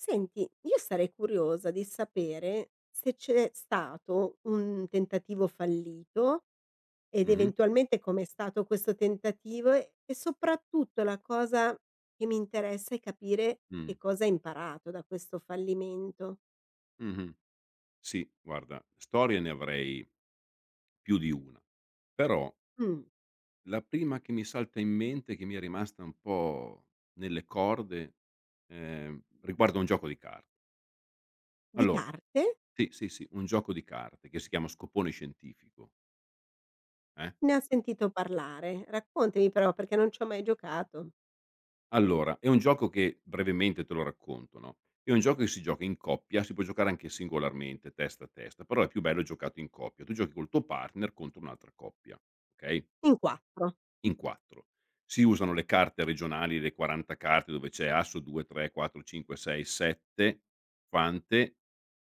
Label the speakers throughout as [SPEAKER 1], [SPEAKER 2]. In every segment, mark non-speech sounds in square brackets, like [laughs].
[SPEAKER 1] Senti, io sarei curiosa di sapere se c'è stato un tentativo fallito ed
[SPEAKER 2] Mh-mh,
[SPEAKER 1] eventualmente com'è stato questo tentativo e soprattutto la cosa che mi interessa è capire
[SPEAKER 2] mh,
[SPEAKER 1] che cosa hai imparato da questo fallimento.
[SPEAKER 2] mh-mh. Sì, guarda, storie ne avrei più di una, però
[SPEAKER 1] Mh,
[SPEAKER 2] la prima che mi salta in mente, che mi è rimasta un po' nelle corde, riguarda un gioco di carte.
[SPEAKER 1] di
[SPEAKER 2] Allora
[SPEAKER 1] carte
[SPEAKER 2] sì, sì, sì, un gioco di carte che si chiama Scopone scientifico, eh.
[SPEAKER 1] ne ho sentito parlare, raccontami però perché non ci ho mai giocato.
[SPEAKER 2] Allora, è un gioco che brevemente te lo racconto, no, è un gioco che si gioca in coppia, si può giocare anche singolarmente, testa a testa, però è più bello giocato in coppia. Tu giochi col tuo partner contro un'altra coppia, okay?
[SPEAKER 1] In 4,
[SPEAKER 2] In 4. Si usano le carte regionali, le 40 carte dove c'è asso 2, 3, 4, 5, 6, 7, fante,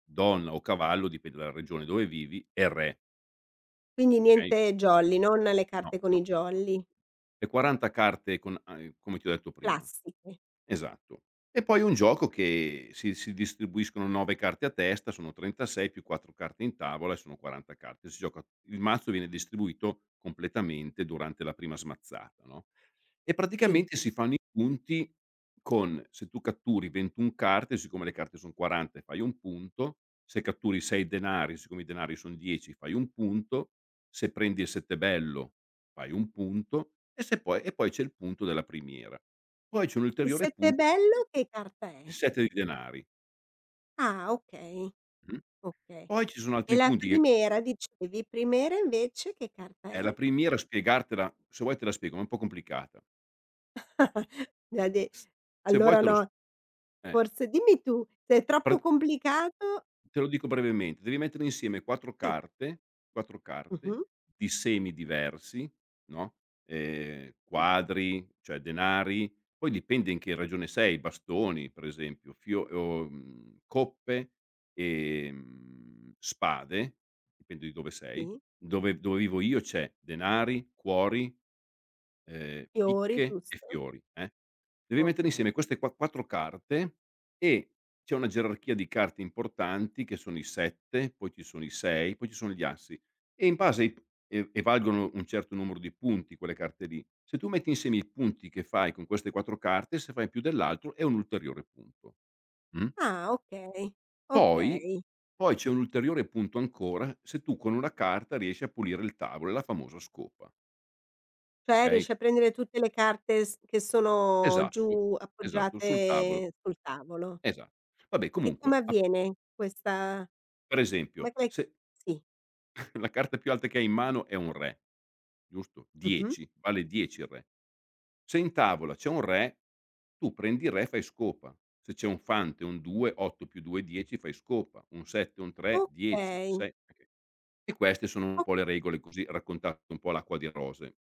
[SPEAKER 2] donna o cavallo, dipende dalla regione dove vivi, e re,
[SPEAKER 1] quindi
[SPEAKER 2] okay.
[SPEAKER 1] niente jolly, non le
[SPEAKER 2] No,
[SPEAKER 1] carte con i
[SPEAKER 2] no, no, no, no.
[SPEAKER 1] jolly,
[SPEAKER 2] Le 40 carte con a come ti ho detto prima.
[SPEAKER 1] classiche.
[SPEAKER 2] Esatto. E poi un gioco che si distribuiscono 9 carte a testa, sono 36 più 4 carte in tavola e sono 40 carte. Si gioca il mazzo viene distribuito completamente durante la prima smazzata, no, e
[SPEAKER 1] Sì.
[SPEAKER 2] praticamente si fanno i punti con se tu catturi 21 carte, siccome le carte son 40 e fai 1 punto, se catturi 6 denari, siccome i denari son 10 fai 1 punto, se prendi il settebello fai 1 punto e se poi e poi c'è il punto della primiera. Poi c'è un
[SPEAKER 1] Il
[SPEAKER 2] ulteriore
[SPEAKER 1] 7
[SPEAKER 2] punto
[SPEAKER 1] bello che carta
[SPEAKER 2] di
[SPEAKER 1] è?
[SPEAKER 2] 7 di denari.
[SPEAKER 1] Ah, okay,
[SPEAKER 2] Mh.
[SPEAKER 1] okay.
[SPEAKER 2] Poi ci sono
[SPEAKER 1] E
[SPEAKER 2] altri
[SPEAKER 1] la
[SPEAKER 2] punti che
[SPEAKER 1] primera dicevi, primera invece che carta
[SPEAKER 2] la
[SPEAKER 1] è?
[SPEAKER 2] primiera spiegartela se vuoi te la spiego, ma è un po' complicata.
[SPEAKER 1] [laughs] Mi ha de
[SPEAKER 2] S se vuoi
[SPEAKER 1] allora
[SPEAKER 2] te lo s
[SPEAKER 1] no,
[SPEAKER 2] eh,
[SPEAKER 1] forse dimmi tu, se è
[SPEAKER 2] pra
[SPEAKER 1] troppo complicato
[SPEAKER 2] Te lo dico brevemente, devi mettere insieme 4
[SPEAKER 1] sì,
[SPEAKER 2] carte 4 carte
[SPEAKER 1] mh-mh,
[SPEAKER 2] di semi diversi, no,
[SPEAKER 1] sì,
[SPEAKER 2] quadri, cioè denari, poi dipende in che regione sei, bastoni per esempio, fio coppe, spade, dipende di dove sei.
[SPEAKER 1] sì,
[SPEAKER 2] Dove vivo io c'è denari, cuori
[SPEAKER 1] fiori,
[SPEAKER 2] picche e
[SPEAKER 1] giusto?
[SPEAKER 2] fiori, devi mettere
[SPEAKER 1] Okay.
[SPEAKER 2] insieme queste qua 4 carte e c'è una gerarchia di carte importanti che sono i 7, poi ci sono i 6, poi ci sono gli assi e in base ai p e valgono un certo numero di punti quelle carte lì. Se tu metti insieme i punti che fai con queste 4 carte, se fai più dell'altro è un ulteriore punto, mh.
[SPEAKER 1] Ah, okay,
[SPEAKER 2] Poi
[SPEAKER 1] okay.
[SPEAKER 2] poi c'è un ulteriore punto ancora se tu con una carta riesci a pulire il tavolo, è la famosa scopa,
[SPEAKER 1] Cioè
[SPEAKER 2] okay?
[SPEAKER 1] riesci a prendere tutte le carte s che sono
[SPEAKER 2] Esatto,
[SPEAKER 1] giù
[SPEAKER 2] esatto, sul tavolo.
[SPEAKER 1] appoggiate sul tavolo.
[SPEAKER 2] Esa vabbè
[SPEAKER 1] E
[SPEAKER 2] comunque,
[SPEAKER 1] come
[SPEAKER 2] a p
[SPEAKER 1] avviene questa
[SPEAKER 2] per
[SPEAKER 1] com'è
[SPEAKER 2] esempio
[SPEAKER 1] che l'hai
[SPEAKER 2] se
[SPEAKER 1] sì,
[SPEAKER 2] [laughs] la carta più alta che hai in mano è un re, giusto?
[SPEAKER 1] mh-mh,
[SPEAKER 2] 10, vale 10 il re. Se in tavola c'è un re, tu prendi il re e fai scopa. Se c'è un fante, un 2, 8+2=10 fai scopa, un 7, un 3, 10,
[SPEAKER 1] okay,
[SPEAKER 2] 6 e queste sono un
[SPEAKER 1] o
[SPEAKER 2] po' le regole così raccontate un po' all'acqua di rose.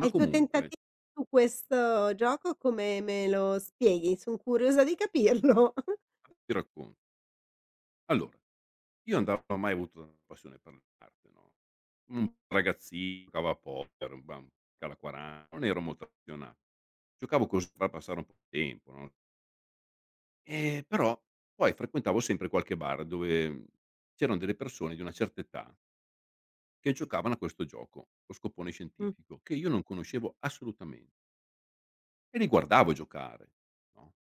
[SPEAKER 1] E il tuo
[SPEAKER 2] comunque
[SPEAKER 1] tentativo su questo gioco come me lo spieghi? Son curiosa di capirlo. [laughs]
[SPEAKER 2] ti raccon allora, io andavo non avevo mai avuto una passione per l'arte, no, un ragazzino, giocavo a poker, bam, alla 40, non ero molto appassionato. Giocavo così per passare un po' di tempo, no, però poi frequentavo sempre qualche bar dove c'erano delle persone di una certa età che giocavano a questo gioco, lo scopone
[SPEAKER 1] Mh,
[SPEAKER 2] scientifico, che io non conoscevo assolutamente e li guardavo giocare, no,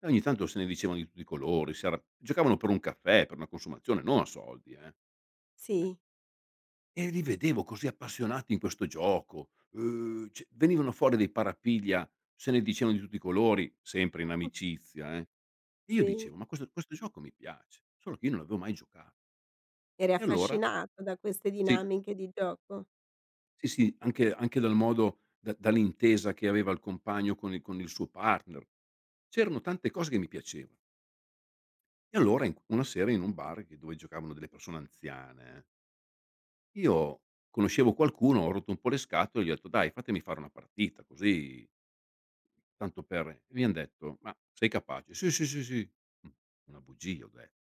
[SPEAKER 2] e ogni tanto se ne dicevano di tutti i colori, si arra giocavano per un caffè, per una consumazione, non a soldi, eh.
[SPEAKER 1] sì,
[SPEAKER 2] E li vedevo così appassionati in questo gioco, c venivano fuori dei parapiglia, se ne dicevano di tutti i colori, sempre in amicizia, eh. E io
[SPEAKER 1] sì.
[SPEAKER 2] dicevo: "Ma questo gioco mi piace", solo che io non l'avevo mai giocato.
[SPEAKER 1] Eri
[SPEAKER 2] E allora
[SPEAKER 1] affascinato da queste
[SPEAKER 2] sì,
[SPEAKER 1] dinamiche di gioco?
[SPEAKER 2] sì, sì, anche dal modo da dall'intesa che aveva il compagno con il suo partner. C'erano tante cose che mi piacevano. E allora in una sera in un bar che dove giocavano delle persone anziane, io conoscevo qualcuno, ho rotto un po' le scatole, e gli ho detto: "Dai, fatemi fare una partita, così". Tanto per e mi han detto: "Ma sei capace?" "Sì, sì, sì, sì." Mh, una bugia ho detto.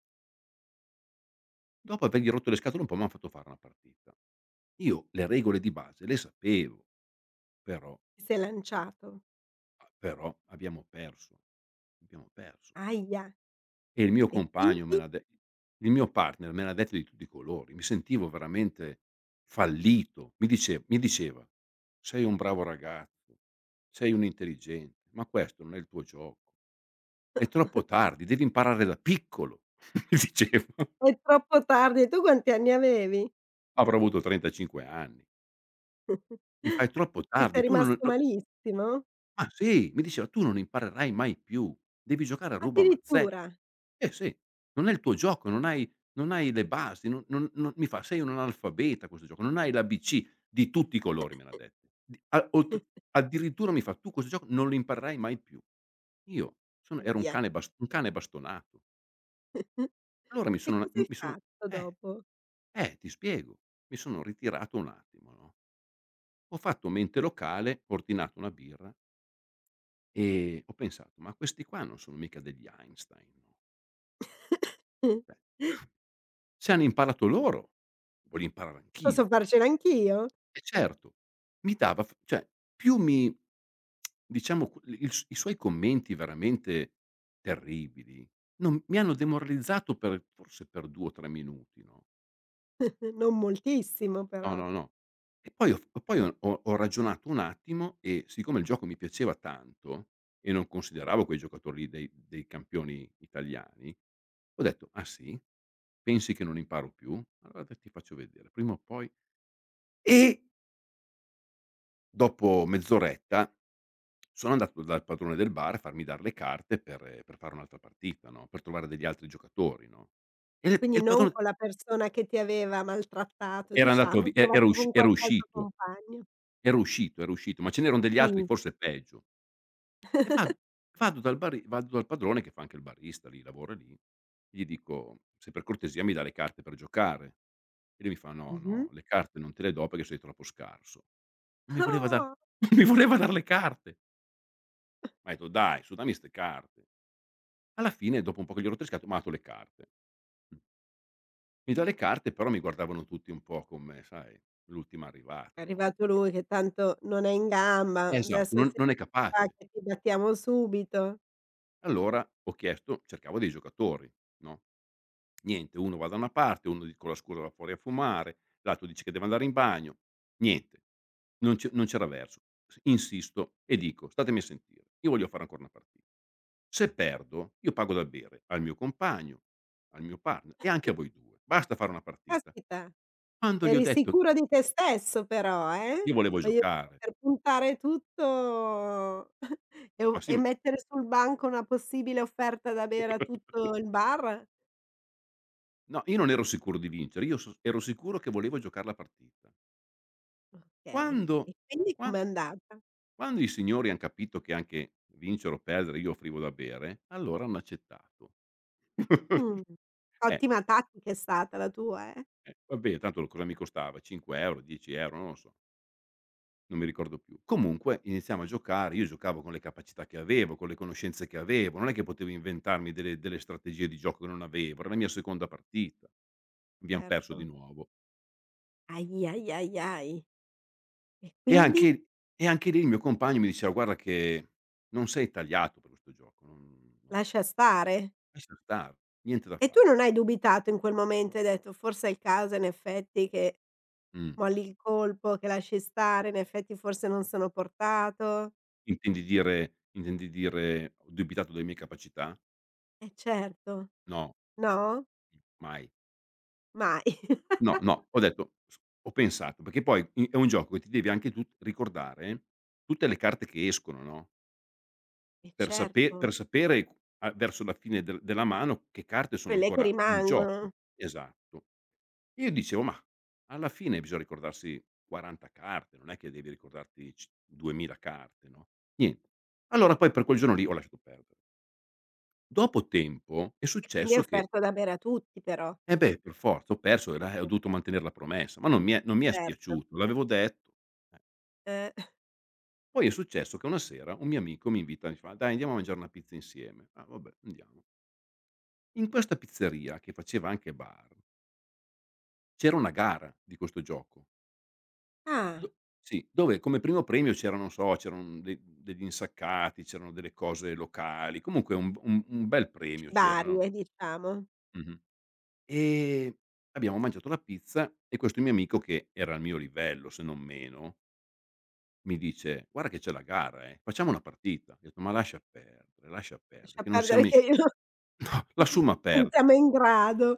[SPEAKER 2] Dopo avergli rotto le scatole un po' m'han fatto fare una partita. Io le regole di base le sapevo, però
[SPEAKER 1] Ti sei lanciato?
[SPEAKER 2] a però abbiamo perso, abbiamo perso.
[SPEAKER 1] Ahia.
[SPEAKER 2] E il mio
[SPEAKER 1] E
[SPEAKER 2] compagno me
[SPEAKER 1] quindi?
[SPEAKER 2] l'ha de il mio partner me l'ha detto di tutti i colori. Mi sentivo veramente fallito. Mi diceva: "Sei un bravo ragazzo, sei un intelligente, ma questo non è il tuo gioco." È troppo tardi, devi imparare da piccolo, [laughs] mi dicevo.
[SPEAKER 1] È troppo tardi. Tu quanti anni avevi?
[SPEAKER 2] Avrò avuto 35 anni. Mi fai: "È troppo
[SPEAKER 1] Ci
[SPEAKER 2] tardi,
[SPEAKER 1] sei
[SPEAKER 2] tu non
[SPEAKER 1] rimasto
[SPEAKER 2] non"
[SPEAKER 1] malissimo?
[SPEAKER 2] ma sì, mi diceva: "Tu non imparerai mai più, devi giocare a ruba mazzè".
[SPEAKER 1] Addirittura?
[SPEAKER 2] Eh sì, non è il tuo gioco, non hai le basi, non mi fa: "Sei un analfabeta a questo gioco, non hai l'ABC", di tutti i colori me l'ha detto. Di a oltre addirittura mi fa: "Tu questo gioco non lo imparerai mai più". Io sono ero un
[SPEAKER 1] Ahia.
[SPEAKER 2] cane bastonato. Allora mi
[SPEAKER 1] E
[SPEAKER 2] sono
[SPEAKER 1] cos'hai
[SPEAKER 2] mi sono
[SPEAKER 1] fatto
[SPEAKER 2] eh,
[SPEAKER 1] dopo?
[SPEAKER 2] ti spiego. Mi sono ritirato un attimo, no, ho fatto mente locale, ho ordinato una birra e ho pensato: "Ma questi qua non sono mica degli Einstein, no,
[SPEAKER 1] [laughs]
[SPEAKER 2] cioè, se hanno imparato loro, voglio imparare
[SPEAKER 1] Posso
[SPEAKER 2] anch'io".
[SPEAKER 1] farcela anch'io?
[SPEAKER 2] E certo, mi dava f cioè più mi diciamo, qu il s i suoi commenti veramente terribili, non mi hanno demoralizzato per forse per 2 o 3 minuti, no?
[SPEAKER 1] [laughs] Non moltissimo
[SPEAKER 2] No,
[SPEAKER 1] però.
[SPEAKER 2] no, no. E poi ho f poi ho ho ragionato un attimo e siccome il gioco mi piaceva tanto e non consideravo quei giocatori lì dei campioni italiani, ho detto: "Ah sì? Pensi che non imparo più? Guarda ti faccio vedere, prima o poi", e dopo mezz'oretta sono andato dal padrone del bar a farmi dar le carte per fare un'altra partita, no, per trovare degli altri giocatori, no, e
[SPEAKER 1] Quindi
[SPEAKER 2] il
[SPEAKER 1] non
[SPEAKER 2] padrone
[SPEAKER 1] con la persona che ti aveva maltrattato diciamo, hai provato con
[SPEAKER 2] era
[SPEAKER 1] qualche altro
[SPEAKER 2] uscito.
[SPEAKER 1] compagno.
[SPEAKER 2] Era uscito, era uscito, ma ce n'eran degli altri
[SPEAKER 1] Sì.
[SPEAKER 2] forse peggio. E va vado dal bari vado dal padrone che fa anche il barista lì, lavora lì, gli dico: "Se per cortesia mi dà le carte per giocare." E lui mi fa: "No,
[SPEAKER 1] Mh-mh.
[SPEAKER 2] no, le carte non te le do perché sei troppo scarso." Non mi voleva dar
[SPEAKER 1] Oh,
[SPEAKER 2] [laughs] non mi voleva dar le carte. Ma ho detto: "Dai su, dammi 'ste carte." Alla fine dopo un po' che gli ho rotriscato m'ha dato le carte. Mm. Mi dà le carte, però mi guardavano tutti un po' come, sai, l'ultimo
[SPEAKER 1] è
[SPEAKER 2] arrivato, no.
[SPEAKER 1] arrivato lui che tanto non è in
[SPEAKER 2] Eh
[SPEAKER 1] gamba,
[SPEAKER 2] sì. Esatto,
[SPEAKER 1] adesso sei
[SPEAKER 2] non è
[SPEAKER 1] qua
[SPEAKER 2] capace.
[SPEAKER 1] che ti battiamo subito.
[SPEAKER 2] Allora ho chiesto cercavo dei giocatori, no, niente, uno va da una parte, uno di con la scusa va fuori a fumare, l'altro dice che deve andare in bagno, niente, non c'era verso. S insisto e dico: "Statemi a sentire, io voglio fare ancora una partita. Se perdo io pago da bere al mio compagno, al mio partner e anche a voi 2. Basta fare una partita."
[SPEAKER 1] Caspita,
[SPEAKER 2] Quando gli ho
[SPEAKER 1] eri
[SPEAKER 2] detto che
[SPEAKER 1] sicuro di te stesso però,
[SPEAKER 2] io volevo
[SPEAKER 1] voglio dire
[SPEAKER 2] giocare,
[SPEAKER 1] per puntare tutto [laughs] e
[SPEAKER 2] ma
[SPEAKER 1] o
[SPEAKER 2] sì,
[SPEAKER 1] e mettere sul banco una possibile offerta da bere a tutto
[SPEAKER 2] [laughs]
[SPEAKER 1] il bar?
[SPEAKER 2] m no, io non ero sicuro di vincere, io so ero sicuro che volevo giocar la partita.
[SPEAKER 1] Okay,
[SPEAKER 2] Quando
[SPEAKER 1] e quindi
[SPEAKER 2] qua
[SPEAKER 1] com'è andata?
[SPEAKER 2] quando i signori han capito che anche vincere o perdere io offrivo da bere, allora hanno accettato.
[SPEAKER 1] Mh.
[SPEAKER 2] [laughs] Eh,
[SPEAKER 1] Ottima tattica è stata la tua, eh.
[SPEAKER 2] vabbè tanto cosa mi costava? 5 €, 10 €, non lo so, non mi ricordo più. Comunque iniziamo a giocare, io giocavo con le capacità che avevo, con le conoscenze che avevo, non è che potevo inventarmi delle strategie di gioco che non avevo, era la mia seconda partita. Abbiam perso
[SPEAKER 1] Certo.
[SPEAKER 2] di nuovo.
[SPEAKER 1] Ahi, ahi, ahi, ahi. E
[SPEAKER 2] E
[SPEAKER 1] quindi?
[SPEAKER 2] anche e anche lì il mio compagno mi diceva: "Guarda che non sei tagliato per questo gioco, non"
[SPEAKER 1] Lascia stare.
[SPEAKER 2] Lascia stare, niente da
[SPEAKER 1] E tu
[SPEAKER 2] fare.
[SPEAKER 1] non hai dubitato in quel momento, hai detto: "Forse è il caso in effetti che
[SPEAKER 2] Mh.
[SPEAKER 1] molli il colpo, che lasci stare, in effetti forse non sono portato".
[SPEAKER 2] Intendi dire ho dubitato delle mie capacità?
[SPEAKER 1] Eh certo.
[SPEAKER 2] No,
[SPEAKER 1] No?
[SPEAKER 2] mai.
[SPEAKER 1] Mai.
[SPEAKER 2] No,
[SPEAKER 1] [laughs]
[SPEAKER 2] no, ho detto s ho pensato, perché poi i è un gioco che ti devi anche tu ricordare tutte le carte che escono, no,
[SPEAKER 1] Eh certo.
[SPEAKER 2] per sapere a verso la fine della mano che carte sono
[SPEAKER 1] Quelle che
[SPEAKER 2] ancora in gioco.
[SPEAKER 1] rimangono.
[SPEAKER 2] Esatto. Io dicevo: "Mah, alla fine bisogna ricordarsi 40 carte, non è che devi ricordarti c 2000 carte, no?" Niente. Allora poi per quel giorno lì ho lasciato perdere. Dopo tempo è
[SPEAKER 1] E quindi hai
[SPEAKER 2] successo che
[SPEAKER 1] offerto da bere a tutti però.
[SPEAKER 2] eh beh, per forza, ho perso, era ho
[SPEAKER 1] Sì.
[SPEAKER 2] dovuto mantenere la promessa, ma non mi è
[SPEAKER 1] Certo.
[SPEAKER 2] spiaciuto, l'avevo detto. Eh.
[SPEAKER 1] Eh.
[SPEAKER 2] Poi è successo che una sera un mio amico mi invita, mi fa: "Dai, andiamo a mangiare una pizza insieme." Ah, vabbè, andiamo. In questa pizzeria, che faceva anche bar, c'era una gara di questo gioco.
[SPEAKER 1] Ah,
[SPEAKER 2] Do sì, dove come primo premio c'era, non so, c'eran de degli insaccati, c'erano delle cose locali, comunque un b un bel premio c'era, no,
[SPEAKER 1] varie diciamo.
[SPEAKER 2] mh-mh. Ehm, Abbiamo mangiato la pizza e questo mio amico, che era al mio livello, se non meno, mi dice: "Guarda che c'è la gara, facciamo una partita." Ho detto: "Ma lascia perdere,
[SPEAKER 1] Lascia
[SPEAKER 2] che non
[SPEAKER 1] perdere
[SPEAKER 2] siamo
[SPEAKER 1] che
[SPEAKER 2] i"
[SPEAKER 1] io
[SPEAKER 2] [laughs] "No, lassù ma
[SPEAKER 1] Non
[SPEAKER 2] per"
[SPEAKER 1] siamo in grado.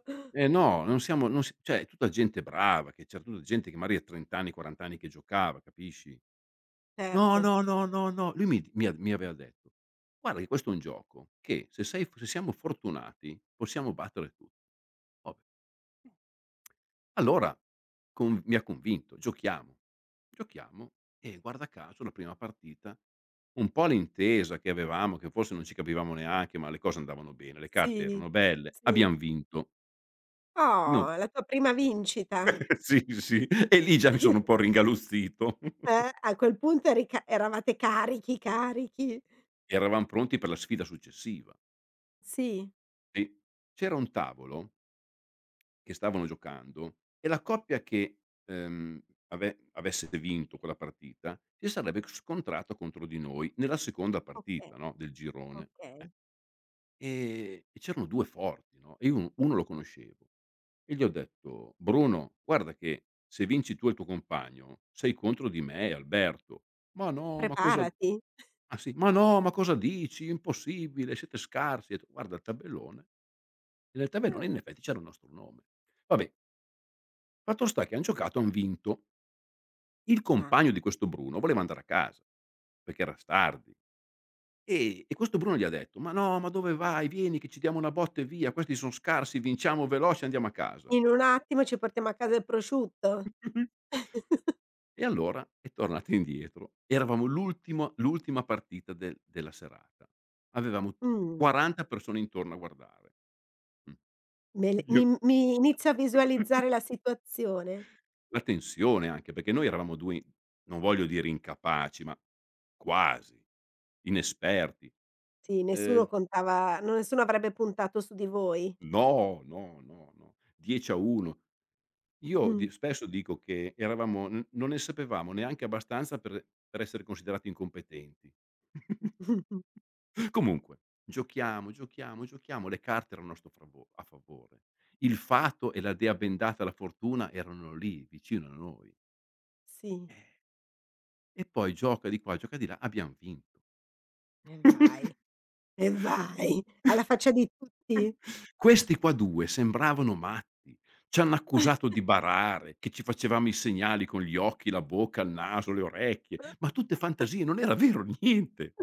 [SPEAKER 2] "Eh no, non siamo non si" cioè è tutta gente brava, che c'era tutta gente che magari ha 30 anni, 40 anni che giocava, capisci? No,
[SPEAKER 1] Certo.
[SPEAKER 2] no, no, no, no. Lui mi aveva detto: "Guarda che questo è un gioco che se sei f se siamo fortunati possiamo battere tutti." Vabbè. Allora con mi ha convinto, giochiamo. Giochiamo e guarda caso la prima partita, un po' l'intesa che avevamo, che forse non ci capivamo neanche, ma le cose andavano bene, le carte
[SPEAKER 1] Sì,
[SPEAKER 2] erano belle,
[SPEAKER 1] sì.
[SPEAKER 2] abbiam vinto. Abbiamo vi
[SPEAKER 1] Oh, la tua prima vincita.
[SPEAKER 2] [laughs] sì, sì, e lì già mi sono un po'
[SPEAKER 1] [laughs]
[SPEAKER 2] ringaluzzito. [laughs]
[SPEAKER 1] A quel punto eri ca eravate carichi, carichi.
[SPEAKER 2] Eravam pronti per la sfida successiva.
[SPEAKER 1] Sì.
[SPEAKER 2] Sì. C'era un tavolo che stavano giocando e la coppia che, ave avesse vinto quella partita si sarebbe scontrato contro di noi nella seconda
[SPEAKER 1] Okay,
[SPEAKER 2] partita, no, del girone.
[SPEAKER 1] okay.
[SPEAKER 2] E c'erano 2 forti, no, e io un uno lo conoscevo e gli ho detto: "Bruno, guarda che se vinci tu e il tuo compagno sei contro di me e Alberto". "Ma no, ma cosa"
[SPEAKER 1] Preparati.
[SPEAKER 2] ah sì, "Ma no, ma cosa dici? Impossibile, siete scarsi". Ho detto: "Guarda il tabellone" e nel tabellone in
[SPEAKER 1] Ah.
[SPEAKER 2] effetti c'era il nostro nome. Vabbè. Fatto sta che han giocato, han vinto. Il
[SPEAKER 1] Ah.
[SPEAKER 2] compagno di questo Bruno voleva andare a casa, perché era s tardi, e questo Bruno gli ha detto: "Ma no, ma dove vai? Vieni che ci diamo una botta e via, questi son scarsi, vinciamo veloce, andiamo a casa."
[SPEAKER 1] In un attimo ci portiamo a casa il prosciutto?
[SPEAKER 2] [laughs] E allora è tornato indietro. Eravamo l'ultima partita della serata. Avevamo t
[SPEAKER 1] Mh.
[SPEAKER 2] 40 persone intorno a guardare. Mh.
[SPEAKER 1] Me l mi
[SPEAKER 2] Io
[SPEAKER 1] mi inizio a visualizzare la situazione.
[SPEAKER 2] la tensione anche, perché noi eravamo 2, non voglio dire incapaci, ma quasi, inesperti.
[SPEAKER 1] Sì, nessuno
[SPEAKER 2] Ehm,
[SPEAKER 1] contava no nessuno avrebbe puntato su di voi.
[SPEAKER 2] no, no, no, no, 10-1. Io di spesso dico che eravamo n non ne sapevamo neanche abbastanza per essere considerati incompetenti. [laughs]
[SPEAKER 1] [laughs]
[SPEAKER 2] Comunque, giochiamo, giochiamo, giochiamo, le carte erano a nostro fravo a favore. Il fato e la dea bendata, la fortuna erano lì vicino a noi.
[SPEAKER 1] Sì,
[SPEAKER 2] Eh, e poi gioca di qua, gioca di là, abbiam vinto.
[SPEAKER 1] e vai. E vai, alla faccia di tutti.
[SPEAKER 2] Questi qua 2 sembravano matti. C'hanno accusato di barare, che ci facevamo i segnali con gli occhi, la bocca, il naso, le orecchie,
[SPEAKER 1] [laughs]
[SPEAKER 2] ma tutte fantasie, non era vero niente.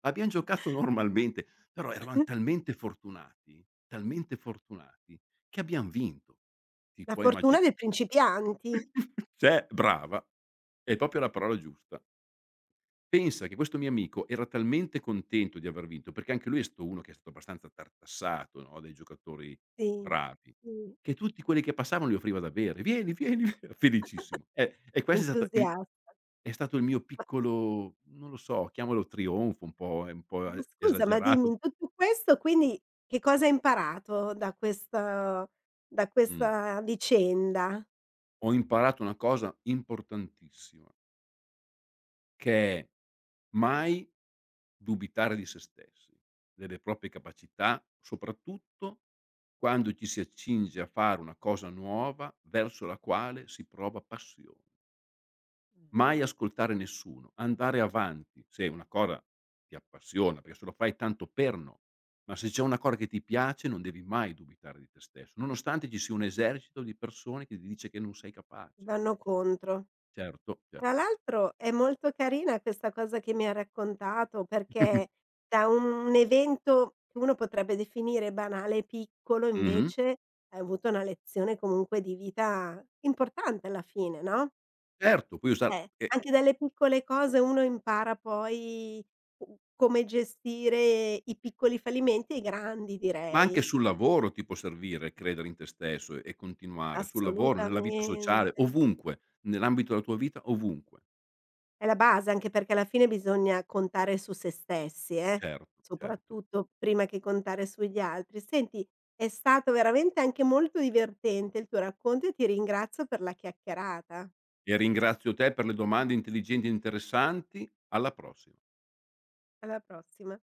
[SPEAKER 2] Abbiam giocato normalmente, però eravam talmente fortunati che abbiam vinto. Ti
[SPEAKER 1] La
[SPEAKER 2] puoi
[SPEAKER 1] fortuna
[SPEAKER 2] immagi
[SPEAKER 1] dei principianti,
[SPEAKER 2] [laughs] cioè brava, è proprio la parola giusta. Pensa che questo mio amico era talmente contento di aver vinto, perché anche lui è stato uno che è stato abbastanza tartassato, no, dai giocatori
[SPEAKER 1] sì,
[SPEAKER 2] bravi,
[SPEAKER 1] sì,
[SPEAKER 2] che tutti quelli che passavano gli offriva da bere: "Vieni, vieni, [laughs] vie" felicissimo. E questo
[SPEAKER 1] entusiasta.
[SPEAKER 2] è stato il mio piccolo, non lo so, chiamalo trionfo, un po' è un po'
[SPEAKER 1] Ma
[SPEAKER 2] e
[SPEAKER 1] scusa, ma dimmi,
[SPEAKER 2] esagerato.
[SPEAKER 1] in tutto questo quindi che cosa hai imparato da questo da
[SPEAKER 2] Mh.
[SPEAKER 1] questa vicenda?
[SPEAKER 2] Ho imparato una cosa importantissima, che è: mai dubitare di se stessi, delle proprie capacità, soprattutto quando ci si accinge a fare una cosa nuova verso la quale si prova passione. Mai ascoltare nessuno, andare avanti se una cosa ti appassiona, perché se lo fai tanto per no. Ma se c'è una cosa che ti piace non devi mai dubitare di te stesso, nonostante ci sia un esercito di persone che ti dice che non sei capace.
[SPEAKER 1] Vanno contro.
[SPEAKER 2] Certo,
[SPEAKER 1] Tra
[SPEAKER 2] certo.
[SPEAKER 1] l'altro è molto carina questa cosa che mi ha raccontato, perché
[SPEAKER 2] [laughs]
[SPEAKER 1] da un evento che uno potrebbe definire banale e piccolo,
[SPEAKER 2] Mh-mh.
[SPEAKER 1] invece hai avuto una lezione comunque di vita importante alla fine, no,
[SPEAKER 2] Certo, puoi usar e
[SPEAKER 1] anche dalle piccole cose uno impara poi u come gestire i piccoli fallimenti e i grandi
[SPEAKER 2] ma anche
[SPEAKER 1] direi.
[SPEAKER 2] sul lavoro ti può servire credere in te stesso e continuare, sul lavoro, nella vita
[SPEAKER 1] Assolutamente.
[SPEAKER 2] sociale, ovunque, nell'ambito della tua vita, ovunque.
[SPEAKER 1] È la base, anche perché alla fine bisogna contare su se stessi,
[SPEAKER 2] Certo, certo.
[SPEAKER 1] soprattutto prima che contare sugli altri. Senti, è stato veramente anche molto divertente il tuo racconto e ti ringrazio per la chiacchierata.
[SPEAKER 2] E ringrazio te per le domande intelligenti e interessanti. Alla prossima.
[SPEAKER 1] Alla prossima.